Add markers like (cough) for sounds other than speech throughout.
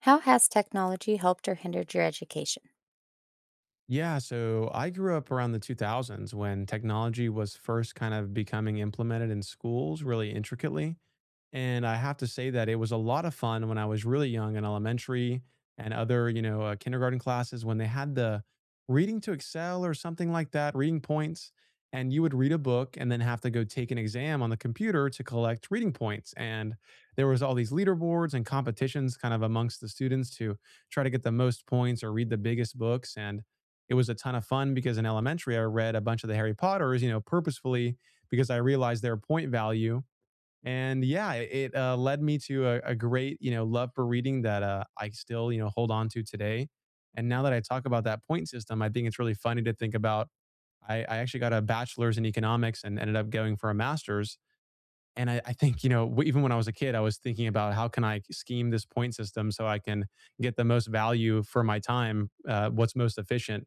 How has technology helped or hindered your education? Yeah, so I grew up around the 2000s when technology was first kind of becoming implemented in schools really intricately. And I have to say that it was a lot of fun when I was really young in elementary and other, kindergarten classes when they had the reading to excel or something like that, reading points. And you would read a book and then have to go take an exam on the computer to collect reading points. And there was all these leaderboards and competitions kind of amongst the students to try to get the most points or read the biggest books. And it was a ton of fun because in elementary, I read a bunch of the Harry Potters, purposefully because I realized their point value, and yeah, it led me to a great love for reading that I still hold on to today. And now that I talk about that point system, I think it's really funny to think about. I actually got a bachelor's in economics and ended up going for a master's, and I think, even when I was a kid, I was thinking about how can I scheme this point system so I can get the most value for my time, what's most efficient.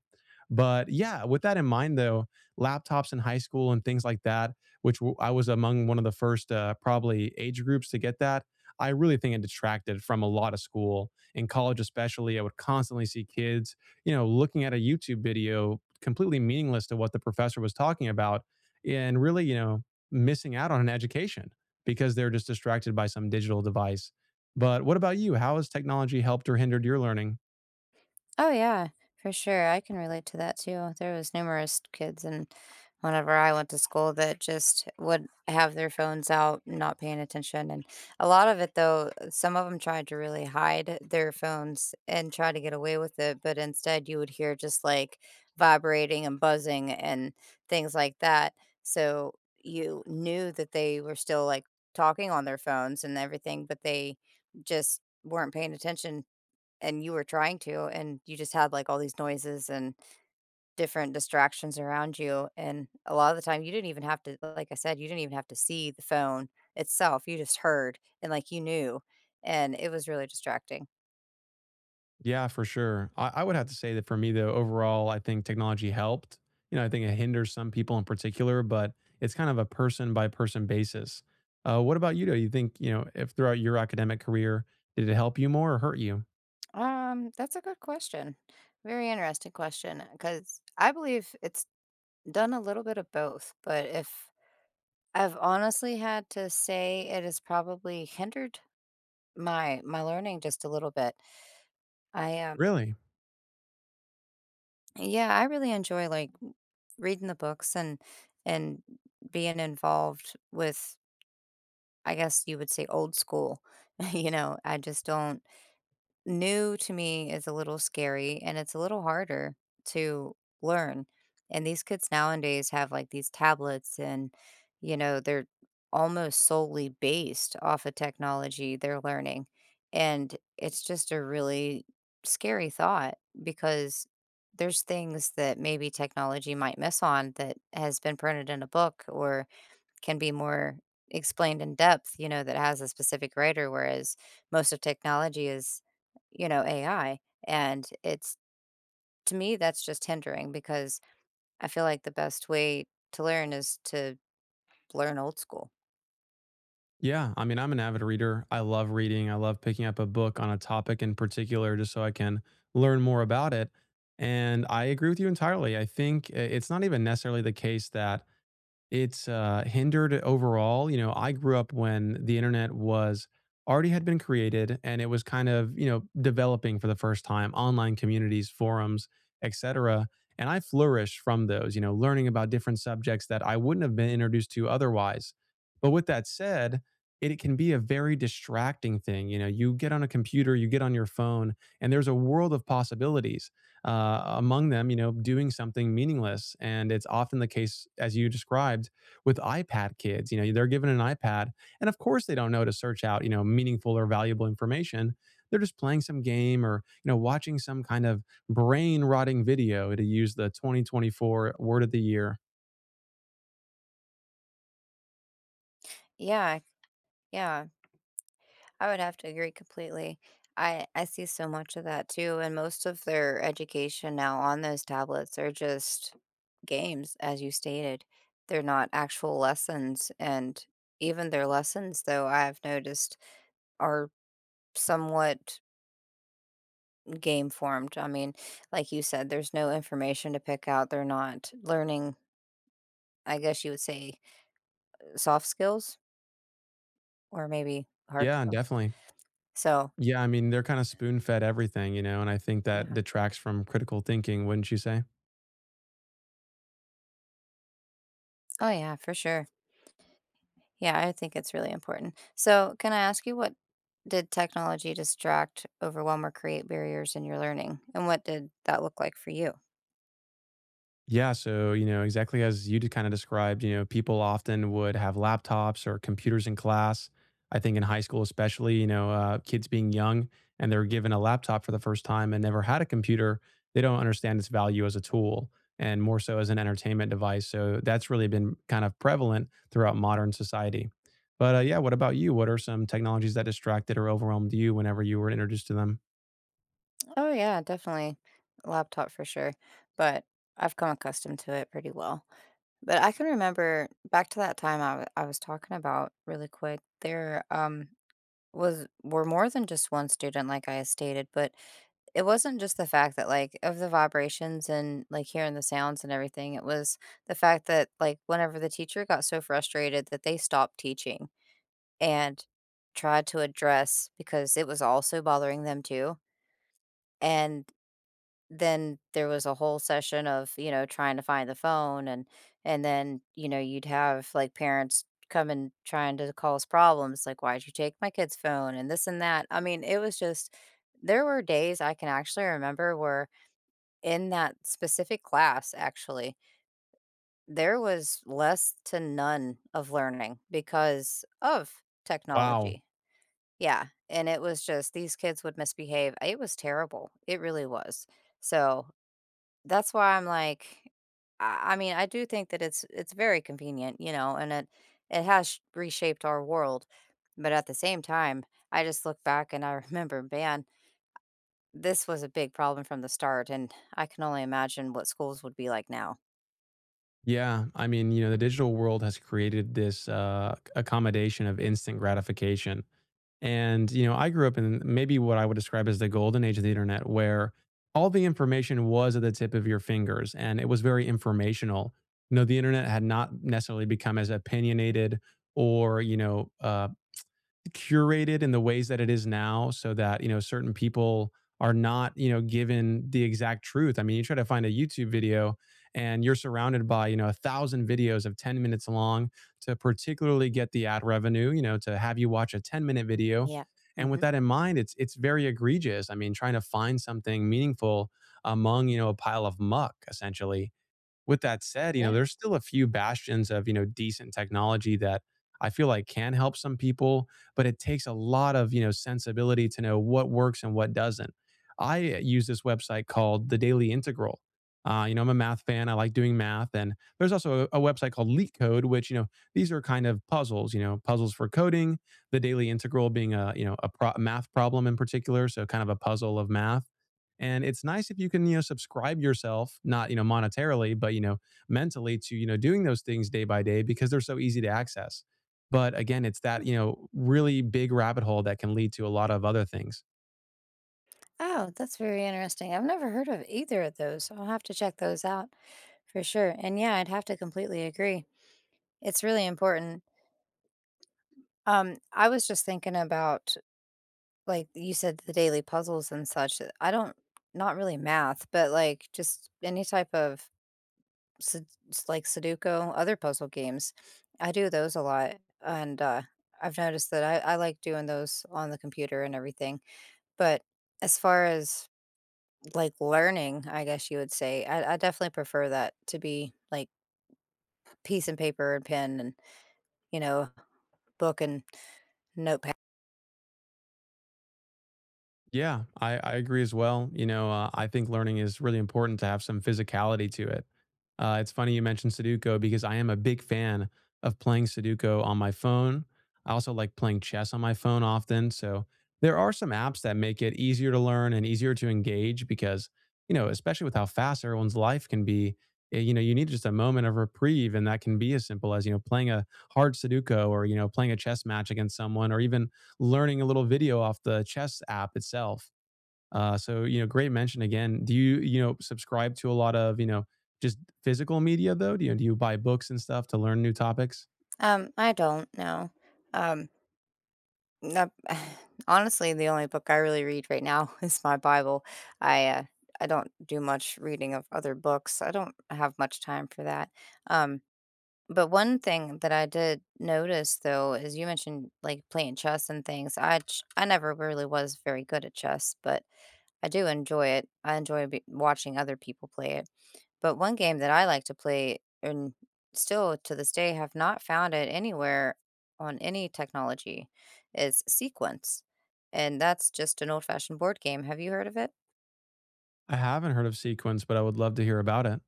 But yeah, with that in mind, though, laptops in high school and things like that, which I was among one of the first probably age groups to get that, I really think it detracted from a lot of school. In college, especially, I would constantly see kids, looking at a YouTube video completely meaningless to what the professor was talking about. And really, missing out on an education because they're just distracted by some digital device. But what about you? How has technology helped or hindered your learning? Oh yeah, for sure. I can relate to that too. There was numerous kids and whenever I went to school that just would have their phones out, not paying attention. And a lot of it though, some of them tried to really hide their phones and try to get away with it, but instead you would hear just like vibrating and buzzing and things like that. So you knew that they were still like talking on their phones and everything, but they just weren't paying attention and you were trying to, and you just had, like, all these noises and different distractions around you, and a lot of the time, you didn't even have to like I said, you didn't even have to see the phone itself, you just heard, and, like, you knew, and it was really distracting. Yeah, for sure. I would have to say that for me, though, overall, I think technology helped. I think it hinders some people in particular, but it's kind of a person by person basis. What about you, though? You think, if throughout your academic career, did it help you more or hurt you? That's a good question. Very interesting question, because I believe it's done a little bit of both, but if I've honestly had to say it has probably hindered my learning just a little bit. I, um Really? yeah, I really enjoy, like reading the books and being involved with I guess you would say old school. (laughs) You know, I just don't. New to me is a little scary and it's a little harder to learn. And these kids nowadays have like these tablets and, you know, they're almost solely based off of technology they're learning. And it's just a really scary thought because there's things that maybe technology might miss on that has been printed in a book or can be more explained in depth, you know, that has a specific writer, whereas most of technology is, you know, AI. And it's to me, that's just hindering because I feel like the best way to learn is to learn old school. Yeah, I mean, I'm an avid reader. I love reading. I love picking up a book on a topic in particular just so I can learn more about it. And I agree with you entirely. I think it's not even necessarily the case that it's, hindered overall. I grew up when the internet was already had been created, and it was kind of, developing for the first time, online communities, forums, etcetera, and I flourished from those, learning about different subjects that I wouldn't have been introduced to otherwise. But with that said, it can be a very distracting thing. You get on a computer, you get on your phone, and there's a world of possibilities among them, doing something meaningless. And it's often the case, as you described, with iPad kids. They're given an iPad, and of course, they don't know to search out, meaningful or valuable information. They're just playing some game or, watching some kind of brain rotting video to use the 2024 word of the year. Yeah, yeah. I would have to agree completely. I see so much of that too, and most of their education now on those tablets are just games, as you stated. They're not actual lessons, and even their lessons, though, I've noticed are somewhat game formed. I mean, like you said, there's no information to pick out. They're not learning, I guess you would say, soft skills or maybe hard Yeah, skills. definitely. So, Yeah, I mean, they're kind of spoon fed everything, and I think that yeah. detracts from critical thinking, wouldn't you say? Oh, yeah, for sure. Yeah, I think it's really important. So, can I ask you what did technology distract, overwhelm, or create barriers in your learning? And what did that look like for you? Yeah, so, exactly as you kind of described, people often would have laptops or computers in class. I think in high school, especially, kids being young and they're given a laptop for the first time and never had a computer, they don't understand its value as a tool and more so as an entertainment device. So that's really been kind of prevalent throughout modern society. But yeah, what about you? What are some technologies that distracted or overwhelmed you whenever you were introduced to them? Oh, yeah, definitely. Laptop for sure. But I've come accustomed to it pretty well. But I can remember back to that time I was talking about really quick there. Was were more than just one student, like I stated, but it wasn't just the fact that like of the vibrations and like hearing the sounds and everything. It was the fact that like whenever the teacher got so frustrated that they stopped teaching and tried to address because it was also bothering them too, and then there was a whole session of, you know, trying to find the phone, and then, you know, you'd have, like, parents come and trying to cause problems, like, "Why'd you take my kid's phone?" and this and that. I mean, it was just there were days I can actually remember where in that specific class, actually, there was less to none of learning because of Wow. technology. Yeah, and it was just these kids would misbehave. It was terrible. It really was. So that's why I'm like I mean, I do think that it's very convenient, you know, and it has sh reshaped our world, but at the same time, I just look back and I (laughs) remember, man, this was a big problem from the start, and I can only imagine what schools would be like now. Yeah, I mean, the digital world has created this accommodation of instant gratification. And I grew up in maybe what I would describe as the golden age of the internet, where all the information was at the tip of your fingers, and it was very informational. The internet had not necessarily become as opinionated or, curated in the ways that it is now, so that certain people are not given the exact truth. I mean, you try to find a YouTube video, and you're surrounded by, a thousand videos of 10 minutes long to particularly get the ad revenue, to have you watch a 10-minute video. Yeah. And with Mhm. that in mind, it's very egregious. I mean, trying to find something meaningful among, a pile of muck, essentially. With that said, Yeah. there's still a few bastions of, decent technology that I feel like can help some people, but it takes a lot of, sensibility to know what works and what doesn't. I use this website called The Daily Integral. I'm a math fan. I like doing math. And there's also a website called Leak Code, which, these are kind of puzzles, puzzles for coding, the daily integral being a math problem in particular. So kind of a puzzle of math. And it's nice if you can, subscribe yourself, not, monetarily, but, mentally, to, doing those things day by day because they're so easy to access. But again, it's that, really big rabbit hole that can lead to a lot of other things. Oh, that's very interesting. I've never heard of either of those. I'll have to check those out for sure, and yeah, I'd have to completely agree. It's really important. I was just thinking about. Like, you said the daily puzzles and such, I don't, not really math, but, like, just any type of sud s like Sudoku, other puzzle games. I do those a lot, and, I've noticed that I like doing those on the computer and everything, but as far as, like, learning, I guess you would say, I definitely prefer that to be, like, piece and paper and pen and, you know, book and notepad. Yeah, I agree as well. I think learning is really important to have some physicality to it. It's funny you mentioned Sudoku because I am a big fan of playing Sudoku on my phone. I also like playing chess on my phone often. So there are some apps that make it easier to learn and easier to engage because, especially with how fast everyone's life can be, you need just a moment of reprieve. And that can be as simple as, playing a hard Sudoku, or, playing a chess match against someone, or even learning a little video off the chess app itself. So great mention again. Do you you know subscribe to a lot of just physical media though? Do you buy books and stuff to learn new topics? I don't, know. Um Nope. (sighs) Honestly, the only book I really read right now (laughs) is my Bible. I, uh, I don't do much reading of other books. I don't have much time for that. Um, but one thing that I did notice though is you mentioned like playing chess and things. I never really was very good at chess, but I do enjoy it. I enjoy watching other people play it. But one game that I like to play and still to this day have not found it anywhere on any technology is Sequence. And that's just an old-fashioned board game. Have you heard of it? I haven't heard of Sequence, but I would love to hear about it.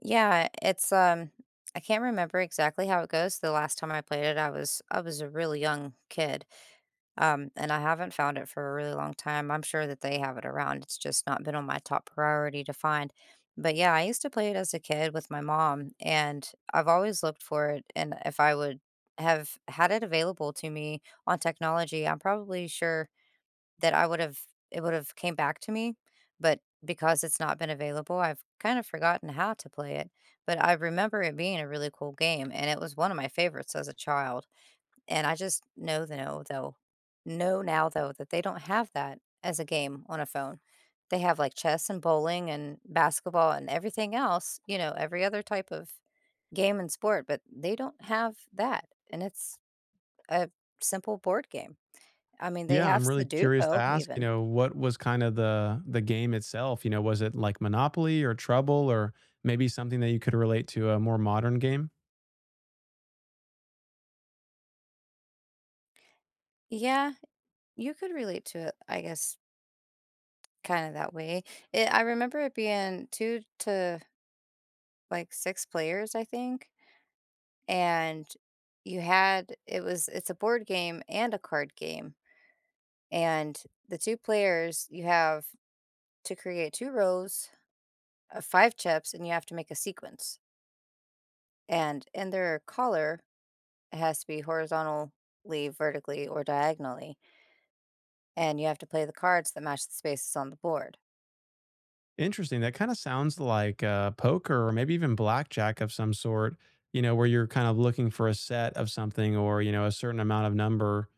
Yeah, it's I can't remember exactly how it goes. The last time I played it, I was a really young kid. And I haven't found it for a really long time. I'm sure that they have it around. It's just not been on my top priority to find. But yeah, I used to play it as a kid with my mom, and I've always looked for it. And if I would have had it available to me on technology, I'm probably sure that I would have it would have came back to me. But because it's not been available, I've kind of forgotten how to play it. But I remember it being a really cool game, and it was one of my favorites as a child. And I just know now though that they don't have that as a game on a phone. They have like chess and bowling and basketball and everything else, you know, every other type of game and sport, but they don't have that. And it's a simple board game. I mean, they Yeah, have I'm really curious to Sudoku ask. You even. know, what was kind of the game itself? Was it like Monopoly or Trouble, or maybe something that you could relate to a more modern game? Yeah, you could relate to it, I guess, kind of that way. I remember it being two to like six players, I think. And you had it was it's a board game and a card game, and the two players you have to create two rows of five chips, and you have to make a sequence, and in their collar it has to be horizontally, vertically, or diagonally, and you have to play the cards that match the spaces on the board. Interesting. That kind of sounds like poker, or maybe even blackjack of some sort, where you're kind of looking for a set of something, or, a certain amount of number.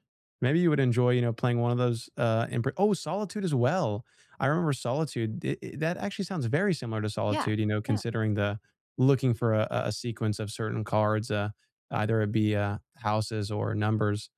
Maybe you would enjoy, playing one of those. Oh, Solitude as well. I remember Solitude. That actually sounds very similar to Yeah. Solitude, Yeah. considering the looking for a sequence of certain cards, either it be houses or numbers.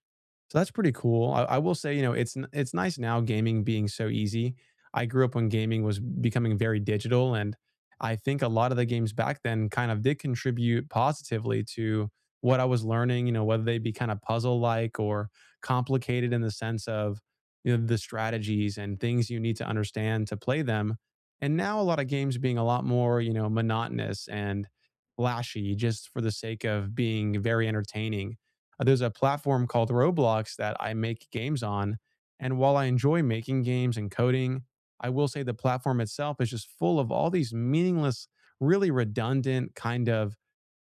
So that's pretty cool. I will say, it's nice now gaming being so easy. I grew up when gaming was becoming very digital, and I think a lot of the games back then kind of did contribute positively to what I was learning. Whether they be kind of puzzle like, or complicated in the sense of the strategies and things you need to understand to play them. And now a lot of games being a lot more monotonous and flashy just for the sake of being very entertaining. There's a platform called Roblox that I make games on. And while I enjoy making games and coding, I will say the platform itself is just full of all these meaningless, really redundant kind of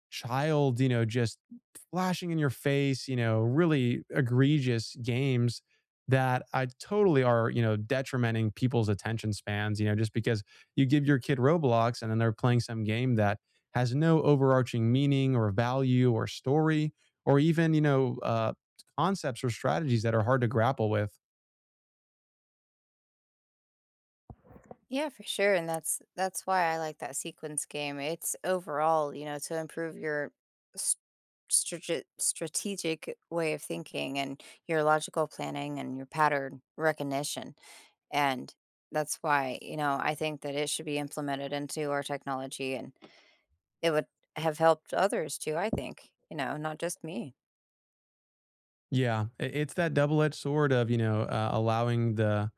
child, just flashing in your face, really egregious games that I totally are, detrimenting people's attention spans, just because you give your kid Roblox and then they're playing some game that has no overarching meaning or value or story or even, concepts or strategies that are hard to grapple with. Yeah, for sure, and that's why I like that sequence game. It's overall, you know, to improve your s- strategic way of thinking and your logical planning and your pattern recognition. And that's why, you know, I think that it should be implemented into our technology and it would have helped others too, I think, you know, not just me. Yeah, I it's that double-edged sword of, allowing the,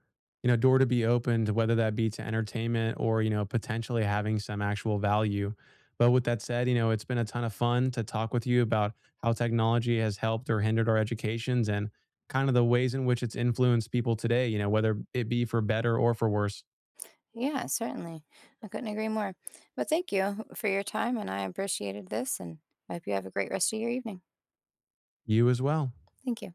door to be opened, whether that be to entertainment, or, potentially having some actual value. But with that said, it's been a ton of fun to talk with you about how technology has helped or hindered our educations, and kind of the ways in which it's influenced people today, whether it be for better or for worse. Yeah, certainly. I couldn't agree more. But thank you for your time and I appreciated this and I hope you have a great rest of your evening. You as well. Thank you.